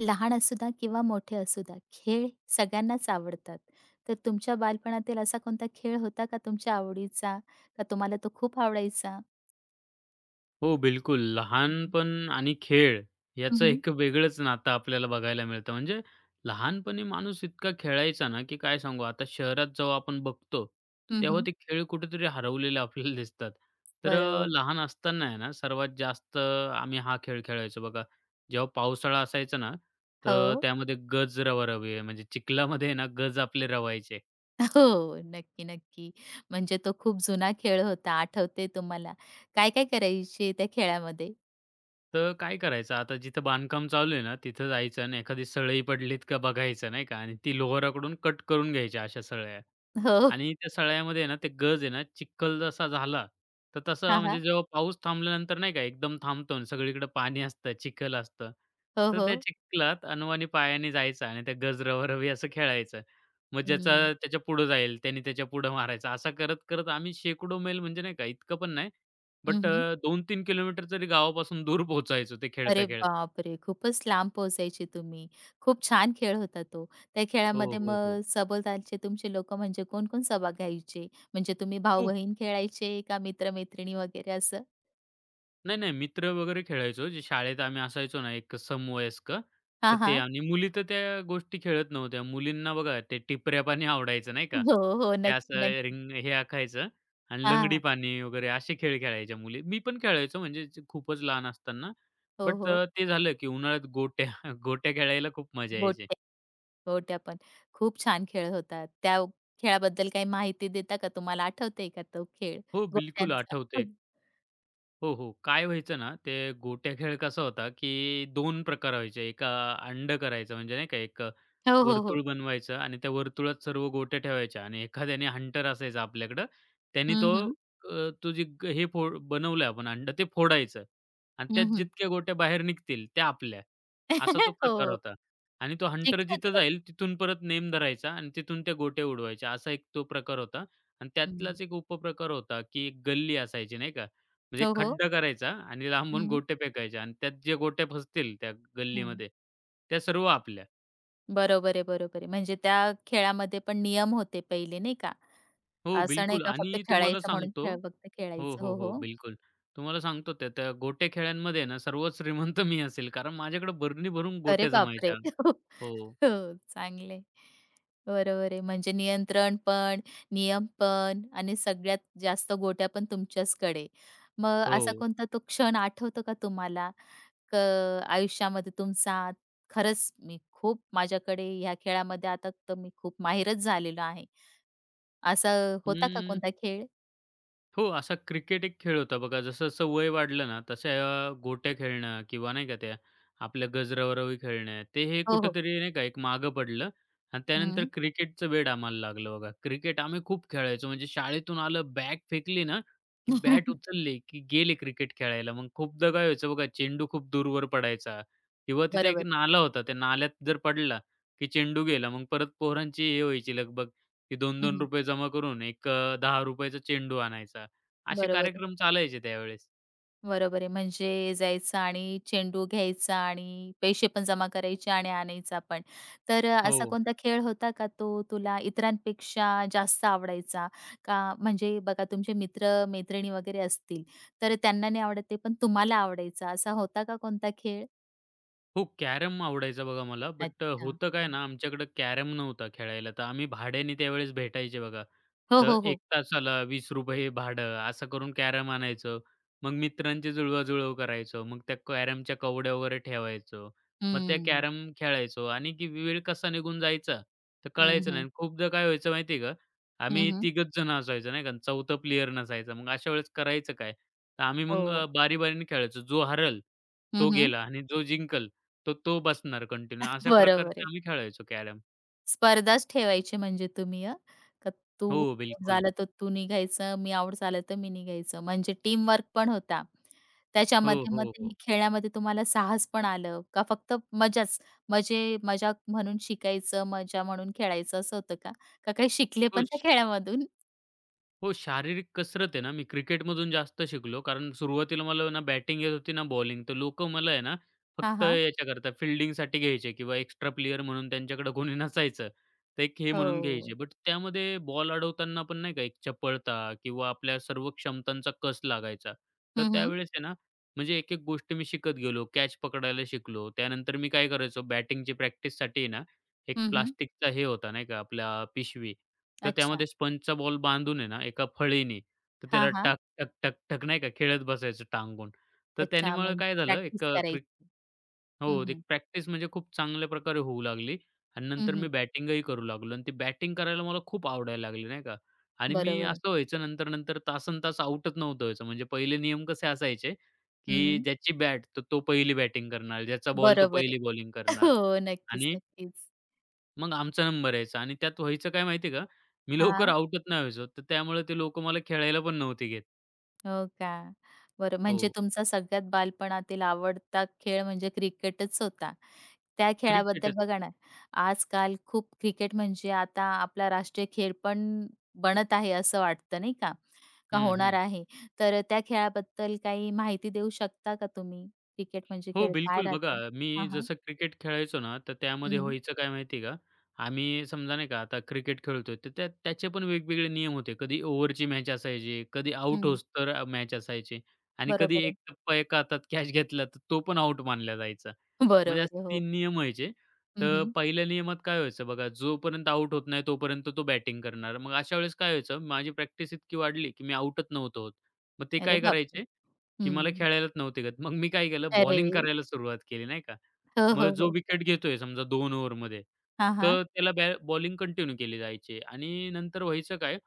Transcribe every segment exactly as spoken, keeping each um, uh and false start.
लहान असू द्या किंवा मोठे असू द्या, खेळ सगळ्यांनाच आवडतात. तर तुमच्या बालपणातील असा कोणता खेळ होता का तुमच्या आवडीचा? का तुम्हाला तो खूप आवडायचा? हो, बिलकुल. लहानपण आणि खेळ हं, याचं हं. एक वेगळंच नातं आपल्याला बघायला मिळतं. म्हणजे लहानपणी माणूस इतका खेळायचा ना, की काय सांगू. आता शहरात जेव्हा आपण बघतो, तर तेव्हा ते खेळ कुठेतरी हरवलेले आपल्याला दिसतात. तर अ, बरोबर. लहान असताना आहे ना, सर्वात जास्त आम्ही हा खेळ खेळायचो बघा. जेव्हा पावसाळा असायचा ना, तर हो. त्यामध्ये गज रवा-रवी म्हणजे चिखलामध्ये आहे ना, गज आपले रवायचे. हो. नक्की, नक्की. म्हणजे तो खूप जुना खेळ होता. आठवतंय तुम्हाला. काय-काय करायचे त्या खेळामध्ये? तर काय करायचं आता जिथं बांधकाम चालू आहे ना, तिथं जायचं आणि एखादी सळई पडलीत का बघायचं नाही का आणि ती लोहाराकडून कट करून घ्यायच्या अशा सळया हो. आणि त्या सळयामध्ये ना, ते गज आहे ना, चिखल जसा झाला, तर तसं हां, म्हणजे हां. जेव्हा पाऊस थांबल्यानंतर नाही का एकदम थांबतो आणि सगळीकडे पाणी असतं, चिखल असतं. हो, तर हो. त्या चिखलात अनवाणी पायाने जायचं आणि त्या गज रवारवी असं खेळायचं. मग हं. ज्याचा त्याच्या पुढं जाईल, त्याने त्याच्या पुढं मारायचं. असं करत-करत आम्ही शेकडो मैल म्हणजे नाही का इतकं पण नाही, बट हं, अ, दोन ते तीन किलोमीटर तरी गावापासून दूर पोहोचायचो ते अरे खेळता-खेळता. बापरे! खूपच लांब पोहोचायचे तुम्ही. खूप छान खेळ होता तो. त्या हो, खेळामध्ये हो, हो. मग सभोवतालचे तुमचे लोकं म्हणजे कोण-कोण सहभाग घ्यायचे? म्हणजे तुम्ही खूप. भाऊ-बहीण खेळायचे का मित्र-मैत्रिणी वगैरे असं? नाही, नाही मित्र वगैरे खेळायचो जे शाळेत आम्ही असायचो ना एक समवयस्क, तर हां, ते हां. आणि मुली तर त्या गोष्टी खेळत नव्हत्या. मुलींना बघा ते टिपऱ्या पाणी आवडायचं नाही का? हो, हो. ते नक्की, असं नक्की. रिंग हे आखायचं आणि हां, लंगडी हां. पाणी वगैरे असे खेळ खेळायच्या मुली. मी पण खेळायचो म्हणजे जे खूपच लहान असताना. हो, बट हो. ते झालं की उन्हाळ्यात गोट्या गोट्या खेळायला खूप मजा यायची. गोट्या गोट्या पण. खूप छान खेळ होता. त्या खेळाबद्दल काही माहिती देता का? तुम्हाला आठवतंय का तो खेळ हो, बिलकुल गोट्यांचा? आठवतंय. हो, हो. काय व्हायचं ना, ते गोट्या खेळ कसा होता, की दोन प्रकार व्हायचे. एक अ, अंडं करायचं म्हणजे नाही का, एक अ, हो, हो, वर्तुळ हो. बनवायचं आणि त्या वर्तुळात सर्व गोट्या ठेवायच्या आणि एखाद्याने हंटर असायचा आपल्याकडं, त्याने हं, तो हं. अ, तो जे ग हे फोड बनवलं आपण अंडं ते फोडायचं आणि त्यात हं, हं. जितक्या गोट्या बाहेर निघतील त्या आपल्या, असा तो प्रकार हो. होता. आणि तो हंटर जिंकला होता जिथं का तुम्ही? जाईल तिथून परत नेम धरायचा आणि तिथून त्या गोट्या उडवायच्या, असा एक तो प्रकार होता. आणि हं. त्यातलाच एक उपप्रकार होता, की एक गल्ली असायची नाही का. म्हणजे हो, एक हो. खड्डा करायचा आणि लांबून गोटे फेकायचे आणि त्यात जे गोट्या फसतील त्या हं. गल्लीमध्ये, त्या सर्व आपल्या. बरोबर आहे, बरोबर आहे. म्हणजे त्या खेळामध्ये पण नियम होते पहिले नाही का? हो, असं नाही बिलकुल का फक्त आणि तुम्हाला खेळायचं म्हणून सांगतो. खेळ फक्त हो, खेळायचं. हो, हो, हो, हो. बिलकुल. तुम्हाला सांगतो त्या त्या गोट्या खेळ्यांमध्ये ना सर्वात श्रीमंत मी असेल कारण माझ्याकडे बरणी भरून अरे गोट्या बापरे! जमायच्या. हो, हो, चांगलं आहे. बरोबर आहे. म्हणजे नियंत्रण पण, नियम पण आणि सगळ्यात जास्त गोट्या पण तुमच्याचकडे. मग असा हो. कोणता तो क्षण आठवतो का तुम्हाला? क आयुष्यामध्ये तुमचा खरंच मी खूप माझ्याकडे ह्या खेळामध्ये आता तर मी खूप माहिरच झालेलो आहे. असा होता का हं. कोणता खेळ? हो, असा क्रिकेट एक खेळ होता बघा. जसं-जसं वय वाढलं ना, तशा अ, गोट्या खेळणं किंवा नाही का त्या आपल्या गजरावरवी खेळणं, ते हे हो, हो. कुठेतरी नाही का एक मागं पडलं आणि त्यानंतर हं. क्रिकेटचं वेड आम्हाला लागलं बघा. क्रिकेट आम्ही खूप खेळायचो. म्हणजे शाळेतून आलं, बॅग फेकली ना, की बॅट उचलली की गेले क्रिकेट खेळायला. मग खूपदा काय व्हायचं बघा, चेंडू खूप दूरवर पडायचा किंवा तिथे एक बरोबर आहे. नाला होता. त्या नाल्यात जर पडला की चेंडू गेला. मग परत पोरांची हे व्हायची लगबग की हं, हं. ₹दोन दोन रुपये जमा करून एक अ, ₹दहा रुपयांचा चा चेंडू आणायचा. असे बरोबर आहे. कार्यक्रम चालायचे त्यावेळेस. बरोबर आहे. म्हणजे जायचं आणि चेंडू घ्यायचा आणि पैसे पण जमा करायचे आणि आणायचा पण. तर असा हो. कोणता खेळ होता का तो तुला इतरांपेक्षा जास्त आवडायचा? का म्हणजे बघा तुमचे मित्र-मैत्रिणी वगैरे असतील, तर त्यांना नाही आवडत ते पण तुम्हाला आवडायचा असा होता का कोणता खेळ? हो, कॅरम आवडायचा बघा मला. बट अ, अच्छा. होतं काय हं. ना, आमच्याकडं कॅरम नव्हता खेळायला. तर आम्ही भाड्याने त्यावेळेस भेटायचे बघा. हो, तर हो, एक हो. तासाला ₹वीस रुपये भाडं असं करून कॅरम आणायचो. मग मित्रांची जुळवाजुळव करायचो. मग त्या कॅरमच्या कवड्या वगैरे ठेवायचो. मग त्या हं. कॅरम खेळायचो आणि की वेळ कसा निघून जायचा तर हं, कळायचं नाही. हं. आणि खूपदा काय व्हायचं माहिती का, आम्ही हं, तिघंच जण असायचो नाही का. चौथा प्लेयर नसायचा. मग अशा वेळेस करायचं काय? तर आम्ही हो. मग अ, बारी-बारीने खेळायचो. जो हरेल तो हं, हं. गेला आणि जो जिंकल तो तो बसणार कंटिन्यू. अशा बरोबर प्रकारचे आहे. आम्ही खेळायचो कॅरम. स्पर्धाच ठेवायची म्हणजे तुम्ही हं, का तू हो, आउट बिलकुल. झाला तर तू निघायचं, मी आउट झालं तर मी निघायचं. म्हणजे टीमवर्क पण होता. हो, त्याच्यामध्ये मग हो, ते हो. खेळण्यामध्ये तुम्हाला साहस पण आलं का फक्त मजाच? मजे मजा म्हणून शिकायचं, मजा म्हणून खेळायचं असं होतं का? का काही शिकले पण त्या खुश. खेळामधून? हो, शारीरिक कसरत आहे ना, मी क्रिकेटमधून जास्त शिकलो. कारण सुरुवातीला मला ना बॅटिंग येत होती ना बॉलिंग. तर लोकं मला आहे ना हां, फक्त हां. याच्याकरता फील्डिंगसाठी घ्यायचे किंवा एक्स्ट्रा प्लेयर म्हणून त्यांच्याकडे कोणी नसायचं. तर एक हे म्हणून घ्यायचे. हो. बट त्यामध्ये बॉल अडवताना पण नाही का एक चपळता किंवा आपल्या सर्व क्षमतांचा कस लागायचा. तर हं, हं. त्यावेळेस आहे ना, म्हणजे एक-एक गोष्ट मी शिकत गेलो. कॅच पकडायला शिकलो. त्यानंतर मी काय करायचो बॅटिंगची प्रॅक्टिससाठी ना, एक हं, हं. प्लास्टिकचा हे होता नाही का आपला पिशवी. तर अच्छा. त्यामध्ये स्पंजचा बॉल बांधून आहे ना, एका फळीने तर हां, त्याला हां. टक, टक, टक, टक नाही का खेळत बसायचं टांगून. तर अच्छा त्यामुळे काय म्हणजे झालं प्रॅक्टिस एक अ, क्रिक करायची. हं, हो, एक हं. प्रॅक्टिस म्हणजे खूप चांगल्या प्रकारे होऊ लागली आणि नंतर हं, मी हं. बॅटिंगही करू लागलो आणि ती बॅटिंग करायला मला खूप आवडायला लागली नाही का. आणि मी बरोबर आहे. असं व्हायचं नंतर-नंतर तासंतास आउटच नव्हतं व्हायचं. म्हणजे पहिले नियम कसे असायचे, की हं. ज्याची बॅट तर तो पहिली बॅटिंग करणार, ज्याचा बॉल तो बरोबर आहे. पहिली बॉलिंग करणार हो. नक्कीच, आणि नक्कीच. मग आमचा नंबर यायचा आणि त्यात व्हायचं काय माहिती आहे का? मी लवकर हां, आउटच नाही व्हायचो. तर त्यामुळे ते लोकं मला खेळायला पण नव्हते घेत. हो का? बरं हो. म्हणजे तुमचा सगळ्यात बालपणातील आवडता खेळ म्हणजे क्रिकेटच होता. त्या खेळाबद्दल क्रिकेटच. बघा ना, आजकाल खूप क्रिकेट म्हणजे आता आपला राष्ट्रीय खेळ पण बनत आहे असं वाटतं नाही का? का हं, होणार हं. आहे. तर त्या खेळाबद्दल काही माहिती देऊ शकता का तुम्ही? क्रिकेट म्हणजे हो, खेळ काय बिलकुल. बघा, राहतं? मी हां, हां. जसं क्रिकेट खेळायचो ना, तर हं, त्यामध्ये हं. व्हायचं काय माहिती आहे का, आम्ही समजा नाही का आता क्रिकेट खेळतोय, तर त्या त्याचे पण वेगवेगळे नियम होते. कधी ओव्हरची मॅच असायची, कधी आउट होईस्तोवर अ, मॅच असायची आणि कधी बरोबर एक आहे. टप्पा एका हातात कॅच घेतला, तर तो पण आउट मानला जायचा. बरोबर म्हणजे आहे. असे हो. तीन नियम व्हायचे. हं, तर हं. पहिल्या नियमात काय व्हायचं बघा, जोपर्यंत आउट होत नाही, तोपर्यंत तो बॅटिंग करणार. मग अशा वेळेस काय व्हायचं, माझी प्रॅक्टिस इतकी वाढली, की मी आउटच नव्हतो होत. मग ते अरे काय बापरे! करायचे की मला हं. खेळायलाच नव्हते येत. मग मी काय केलं अरे! बॉलिंग करायला सुरुवात केली नाही का. हो, मग हो, जो हो. विकेट घेतोय समजा दोन ओव्हरमध्ये, हां, हां. तर त्याला बॅ बॉलिंग कंटिन्यू केली जायची आणि नंतर व्हायचं काय,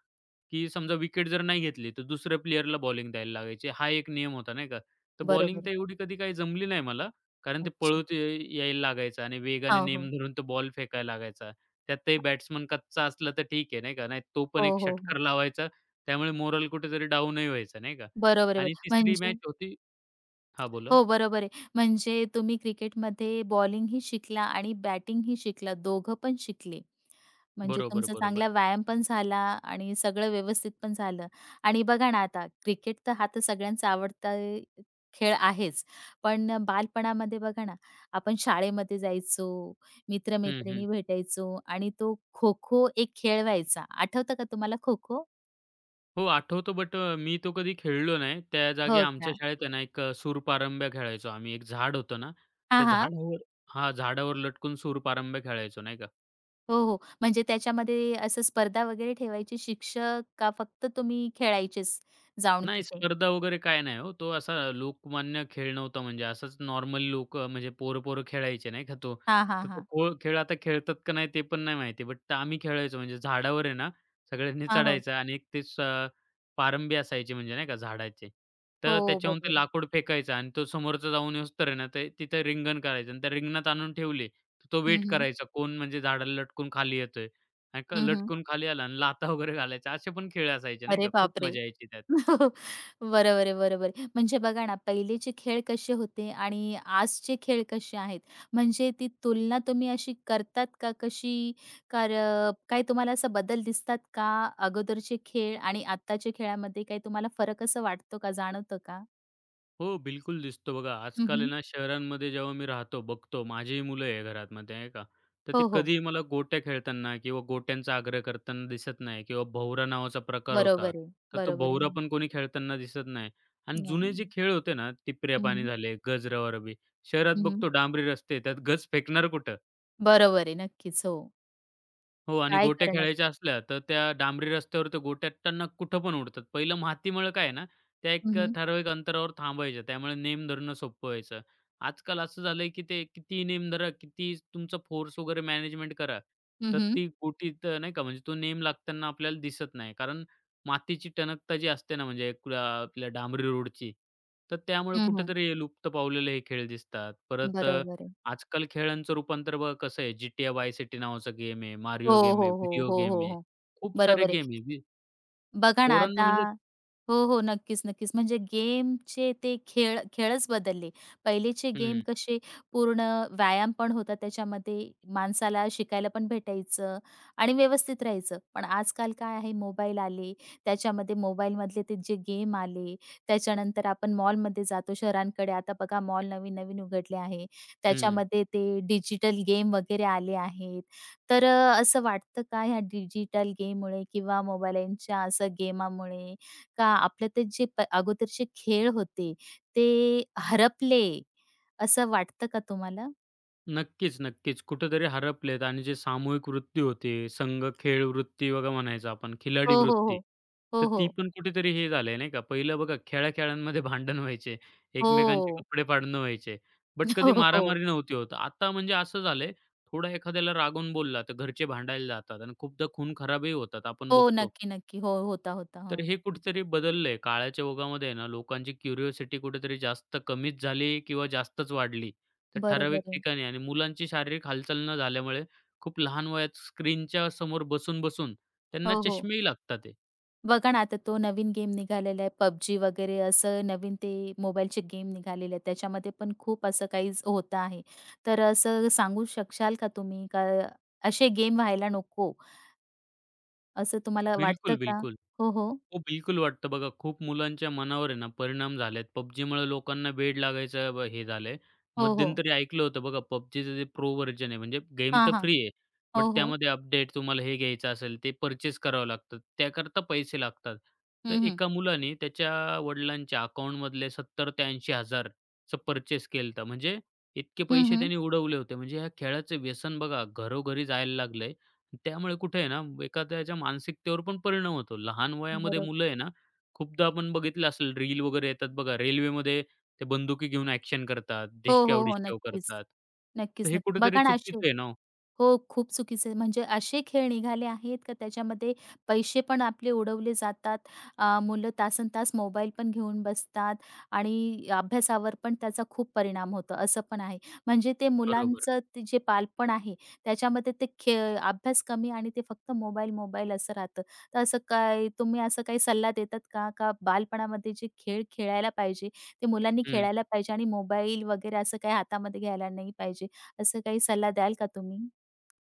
की समजा विकेट जर नाही घेतली, तर दुसऱ्या प्लेयरला बॉलिंग द्यायला लागायची. हा एक नियम होता नाही का. तर बरोबर बॉलिंग आहे. तर एवढी कधी काही जमली नाही मला, कारण ते अच्छा. पळत ये- यायला लागायचं आणि वेगाने हो, नेम हो. धरून तो बॉल फेकायला लागायचा. त्यातही बॅट्समन कच्चा असला तर ठीक आहे नाही का, नाही तो पण हो, एक हो, हो. षटकार लावायचा. त्यामुळे मोरल कुठेतरी डाऊनही व्हायचा नाही का. बरोबर आहे. आणि बरोबर. तिसरी म्हणजे मॅच होती. हां, बोला. हो, बरोबर आहे. म्हणजे तुम्ही क्रिकेटमध्ये बॉलिंगही शिकला आणि बॅटिंगही शिकला, दोघं पण शिकले. म्हणजे बरोबर, तुमचा बरोबर. चांगला व्यायाम पण झाला आणि सगळं व्यवस्थित पण झालं. आणि बघा ना आता क्रिकेट तर हा तर सगळ्यांचा आवडता खेळ आहेच. पण बालपणामध्ये बघा ना, आपण शाळेमध्ये जायचो, मित्र हं, हं. भेटायचो आणि तो खो-खो एक खेळ व्हायचा. आठवतं का तुम्हाला खो-खो? हो, आठवतो बट मी तो कधी खेळलो नाही. त्या जागी हो आमच्या का? शाळेत आहे ना, एक अ, सूरपारंब्या खेळायचो आम्ही. एक झाड होतं ना, हां, त्या हां. झाडावर. हां, झाडावर लटकून सूरपारंब्या खेळायचो नाही का. हो, हो. म्हणजे त्याच्यामध्ये असं स्पर्धा वगैरे ठेवायची शिक्षक का फक्त तुम्ही खेळायचेच जाऊन नाही तिथे? स्पर्धा वगैरे काय नाही हो. तो असा लोकमान्य खेळ नव्हता म्हणजे असंच नॉर्मल लोक म्हणजे पोरं-पोरं खेळायचे नाही का तो. हां, हां, तर तो हां. खो खेळ आता खेळतात का नाही ते पण नाही माहिती. बट आम्ही खेळायचो म्हणजे झाडावर आहे ना सगळ्यांनी हां, हो. चढायचं आणि एक ते स पारंबी असायची म्हणजे नाही का झाडाचे. तर हो, त्याच्याहून ते बरोबर. लाकूड फेकायचं आणि तो समोरचा जाऊन येऊस्तोवर आहे ना ते तिथं रिंगण करायचं आणि त्या रिंगणात आणून ठेवले, तर तो हं, वेट हं. करायचा कोण म्हणजे झाडाला लटकून खाली येतोय आणि क हं, हं. लटकून खाली आला आणि लाथा वगैरे घालायच्या. असे पण खेळ असायचे नाही अरे का. खूप बापरे! मजा यायची त्यात. बरोबर आहे, बरोबर आहे. म्हणजे बघा ना, पहिलेचे खेळ कसे होते आणि आजचे खेळ कसे आहेत, म्हणजे ती तुलना तुम्ही अशी करतात का कशी? कारण काही तुम्हाला असा बदल दिसतात का? अगोदरचे खेळ आणि आत्ताच्या खेळामध्ये काही तुम्हाला फरक असं वाटतो का, जाणवतं का? हो, बिलकुल दिसतो बघा. हं, आजकाल आहे हं. ना, शहरांमध्ये जेव्हा मी राहतो, बघतो माझीही मुलं आहे घरातमध्ये नाही का, तर ते हो, हो. कधीही मला गोट्या खेळताना किंवा गोट्यांचा आग्रह करताना दिसत नाही किंवा भोवरा नावाचा प्रकार होता, बरोबर आहे, तर तो बरोबर भोवरा आहे. पण कोणी खेळताना दिसत नाही. आणि हं, नाही. जुने जे खेळ होते ना, टिपऱ्या हं, पाणी हं. झाले, गजरावरबी, शहरात हं, बघतो डांबरी रस्ते, त्यात गज फेकणार कुठं? बरोबर आहे. नक्कीच. हो. हो आणि काय गोट्या करणार? खेळायच्या असल्या, तर त्या डांबरी रस्त्यावर त्या गोट्या टणक कुठं पण उडतात. पहिलं मातीमुळं काय आहे ना, त्या हं, एक अ, हं. ठराविक अंतरावर थांबायच्या. त्यामुळे नेम धरणं सोपं व्हायचं. आजकाल असं झालंय, की ते किती नेम धरा, किती तुमचा फोर्स वगैरे मॅनेजमेंट करा, हं, तर हं. ती गोटी तर नाही का म्हणजे तो नेम लागताना आपल्याला दिसत नाही. कारण मातीची टणकता जी असते ना, म्हणजे एक आपल्या डांबरी रोडची, तर त्यामुळे हं, हं. कुठेतरी लुप्त पावलेले हे खेळ दिसतात. परत बरोबर आहे. आजकाल खेळांचं रूपांतर बघा कसं आहे, G T A Vice City नावाचा गेम आहे, हो, Mario गेम हो, आहे, हो. व्हिडिओ हो, गेम हो, आहे. हो. खूप सारे बरोबर गेम आहे. आहे. वि बघा ना पोरांना आता म्हणजे. हो, हो. नक्कीच, नक्कीच. म्हणजे गेमचे ते खेळ खेळच बदलले. पहिलेचे गेम हं, कसे पूर्ण व्यायाम पण होता त्याच्यामध्ये, माणसाला शिकायला पण भेटायचं आणि व्यवस्थित राहायचं. पण आजकाल काय आहे मोबाईल आले, त्याच्यामध्ये मोबाईलमधले ते जे गेम आले, त्याच्यानंतर आपण मॉलमध्ये जातो शहरांकडे. आता बघा मॉल नवीन-नवीन उघडले आहे. हं. त्याच्यामध्ये ते डिजिटल गेम वगैरे आले आहेत. तर अ, असं वाटतं का ह्या डिजिटल गेममुळे किंवा मोबाईलच्या असं गेमामुळे का आपले ते जे प अगोदरचे खेळ होते, ते हरपले, असं वाटतं का तुम्हाला? नक्कीच, नक्कीच. कुठेतरी हरपलेत आणि जे सामूहिक वृत्ती होती, संघ खेळ वृत्ती बघा म्हणायचो आपण, हो, खिलाडी हो, वृत्ती. हो. तर हो, ती हो. पण कुठेतरी हे झाली नाही का. पहिलं बघा खेळा-खेळांमध्ये भांडण व्हायचे, एकमेकांचे हो. कपडे फाडणं व्हायचे, बट कधी हो, हो. मारामारी नव्हती होत. आता म्हणजे असं झालंय, थोडा एखाद्याला रागवून बोलला, तर घरचे भांडायला जातात आणि खूपदा खून खराबही होतात, आपण हो, बघतो. नक्की, नक्की. हो, होता, होता. तर हां. हे कुठेतरी बदललंय. काळाच्या ओघामध्ये ना, लोकांची क्युरिओसिटी कुठेतरी जास्त कमीच झाली किंवा जास्तच वाढली. तर ठराविक बरोबर आहे. ठिकाणी आणि मुलांची शारीरिक हालचाल न झाल्यामुळे खूप लहान वयात स्क्रीनच्या समोर बसून-बसून त्यांना हो, हो. चष्मेही लागतात आहे. बघा ना, आता तो नवीन गेम निघालेला आहे PUBG वगैरे असं नवीन ते मोबाईलचे गेम निघालेले आहेत. त्याच्यामध्ये पण खूप असं काही होतं आहे. तर असं सांगू शकशाल का तुम्ही का असे गेम व्हायला नको, असं तुम्हाला वाटतं बिलकुल, का? बिलकुल. हो, हो. हो, बिलकुल वाटतं बघा. खूप मुलांच्या मनावर आहे ना परिणाम झालेत. पबजीमुळे लोकांना वेड लागायचं ब हे झालंय. हो, हो. मध्यंतरी ऐकलं होतं बघा पबजीचं जे प्रो व्हर्जन आहे म्हणजे गेम हां, तर हां. फ्री आहे. हो, बट हो. त्यामध्ये अपडेट तुम्हाला हे घ्यायचं असेल ते पर्चेस करावं लागतं. त्याकरता पैसे लागतात. तर हं, हं. एका मुलाने त्याच्या वडिलांच्या अकाउंटमधले सत्तर हजार ते ऐंशी हजार चं पर्चेस केलं म्हणजे इतके हं, पैसे हं. त्याने उडवले होते. म्हणजे ह्या खेळाचं व्यसन बघा घरोघरी जायला लागलंय. त्यामुळे कुठे आहे ना, एखाद्याच्या मानसिकतेवर पण परिणाम होतो. लहान वयामध्ये बरोबर. मुलं आहे ना, खूपदा आपण बघितलं असेल रील वगैरे येतात बघा, रेल्वेमध्ये ते बंदुकी घेऊन ॲक्शन करतात, हो, हो, हो. ढिशक्याव-ढिशक्याव नक्कीच. करतात. तर नक्कीच, हे नक्की. कुठेतरी बघा ना, असे चुकीचं आहे ना हो. हो, खूप चुकीचं आहे. म्हणजे असे खेळ निघाले आहेत का त्याच्यामध्ये पैसे पण आपले उडवले जातात. अ, मुलं तासन तास मोबाईल पण घेऊन बसतात आणि अभ्यासावर पण त्याचा खूप परिणाम होतो, असं पण आहे. म्हणजे ते बरोबर. मुलांचं ते जे बालपण आहे, त्याच्यामध्ये ते खे अभ्यास कमी आणि ते फक्त मोबाईल, मोबाईल असं राहतं. तर असं काय तुम्ही असं काही सल्ला देतात का? का बालपणामध्ये जे खेळ खेळायला पाहिजे, ते मुलांनी खेळायला पाहिजे आणि मोबाईल वगैरे असं काही हातामध्ये घ्यायला नाही पाहिजे, असं काही सल्ला द्याल का तुम्ही?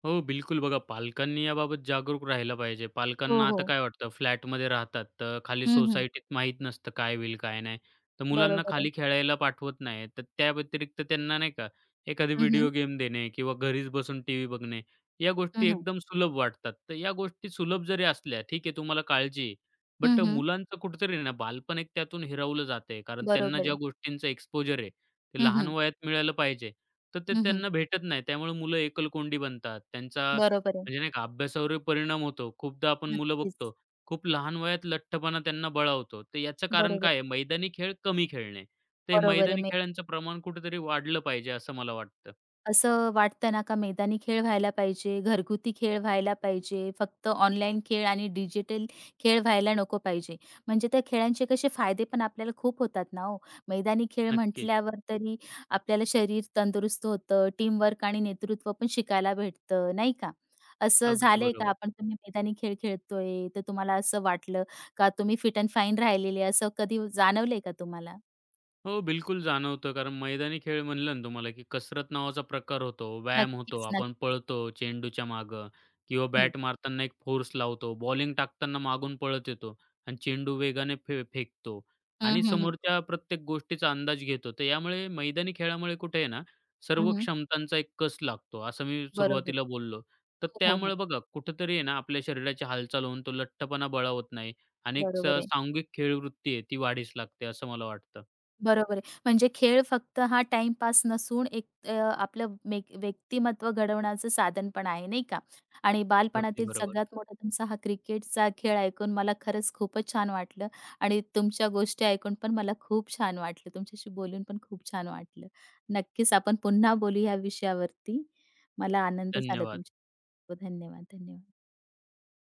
हो, बिलकुल. बघा पालकांनी याबाबत जागरूक राहिलं पाहिजे. हो, पालकांना आता हो. काय वाटतं फ्लॅटमध्ये राहतात, तर खाली हं, हं. सोसायटीत माहीत नसतं काय होईल काय नाही. तर मुलांना बरोबर आहे. खाली खेळायला पाठवत नाही. तर त्या व्यतिरिक्त त्यांना नाही का एखादी हं, हं. व्हिडिओ गेम देणे किंवा घरीच बसून टीव्ही बघणे, या गोष्टी हं, हं. एकदम सुलभ वाटतात. तर या गोष्टी सुलभ जरी असल्या, ठीक आहे तुम्हाला काळजी. बट हं, हं. मुलांचं कुठेतरी ना बालपण एक त्यातून हिरावलं जातंय. कारण त्यांना बरोबर ज्या आहे. गोष्टींचं एक्सपोजर आहे, ते हं, लहान हं. वयात मिळालं पाहिजे. तर ते हं, हं. त्यांना भेटत नाही. त्यामुळे मुलं एकलकोंडी बनतात. त्यांचा बरोबर आहे. म्हणजे नाही का अभ्यासावरही परिणाम होतो. खूपदा आपण मुलं नक्कीच. बघतो, खूप लहान वयात लठ्ठपणा त्यांना बळावतो. तर याचं कारण बरोबर, काय आहे? मैदानी खेळ कमी खेळणे. तर हे बरोबर मैदानी आहे. खेळांचं प्रमाण कुठेतरी वाढलं पाहिजे असं मला वाटतं. असं वाटतं ना का मैदानी खेळ व्हायला पाहिजे, घरगुती खेळ व्हायला पाहिजे, फक्त ऑनलाईन खेळ आणि डिजिटल खेळ व्हायला नको पाहिजे. म्हणजे त्या खेळांचे कसे फायदे पण आपल्याला खूप होतात ना हो. मैदानी खेळ नक्कीच. म्हटल्यावर तरी आपल्याला शरीर तंदुरुस्त होतं, टीमवर्क आणि नेतृत्व पण शिकायला भेटतं, नाही का? असं अगदी झालंय का बरोबर. आपण तुम्ही मैदानी खेळ खेळतोय, तर तुम्हाला असं वाटलं का तुम्ही फिट अँड फाईन राहिलेले, असं कधी जाणवलंय का तुम्हाला? हो, बिलकुल जाणवतं. कारण मैदानी खेळ म्हणलं ना तुम्हाला, की कसरत नावाचा प्रकार होतो, व्यायाम होतो, नक्कीच, आपण नक्कीच. पळतो चेंडूच्या मागं किंवा हं. बॅट मारताना एक फोर्स लावतो, बॉलिंग टाकताना मागून पळत येतो आणि चेंडू वेगाने फे फेकतो हं, आणि हं, हं. समोरच्या प्रत्येक गोष्टीचा अंदाज घेतो. तर यामुळे मैदानी खेळामुळे कुठे आहे ना, सर्व हं, हं. क्षमतांचा एक कस लागतो, असं मी बरोबर. सुरुवातीला बोललो. तर हो, हो, हो. त्यामुळे बघा कुठेतरी आहे ना, आपल्या शरीराची हालचाल होऊन तो लठ्ठपणा बळावत नाही आणि एक स बरोबर आहे, सांघिक खेळवृत्ती आहे ती वाढीस लागते, असं मला वाटतं. बरोबर आहे. म्हणजे खेळ फक्त हा टाईमपास नसून एक अ, आपलं मेक व्यक्तिमत्त्व घडवण्याचं साधन पण आहे, नाही का? आणि अगदी बालपणातील बरोबर. सगळ्यात मोठा तुमचा हा क्रिकेटचा खेळ ऐकून मला खरंच खूपच छान वाटलं आणि तुमच्या गोष्टी ऐकून पण मला खूप छान वाटलं. तुमच्याशी बोलून पण खूप छान वाटलं. नक्कीच आपण पुन्हा बोलू या विषयावरती. मला आनंद झाला धन्यवाद. तुमच्या धन्यवाद, धन्यवाद.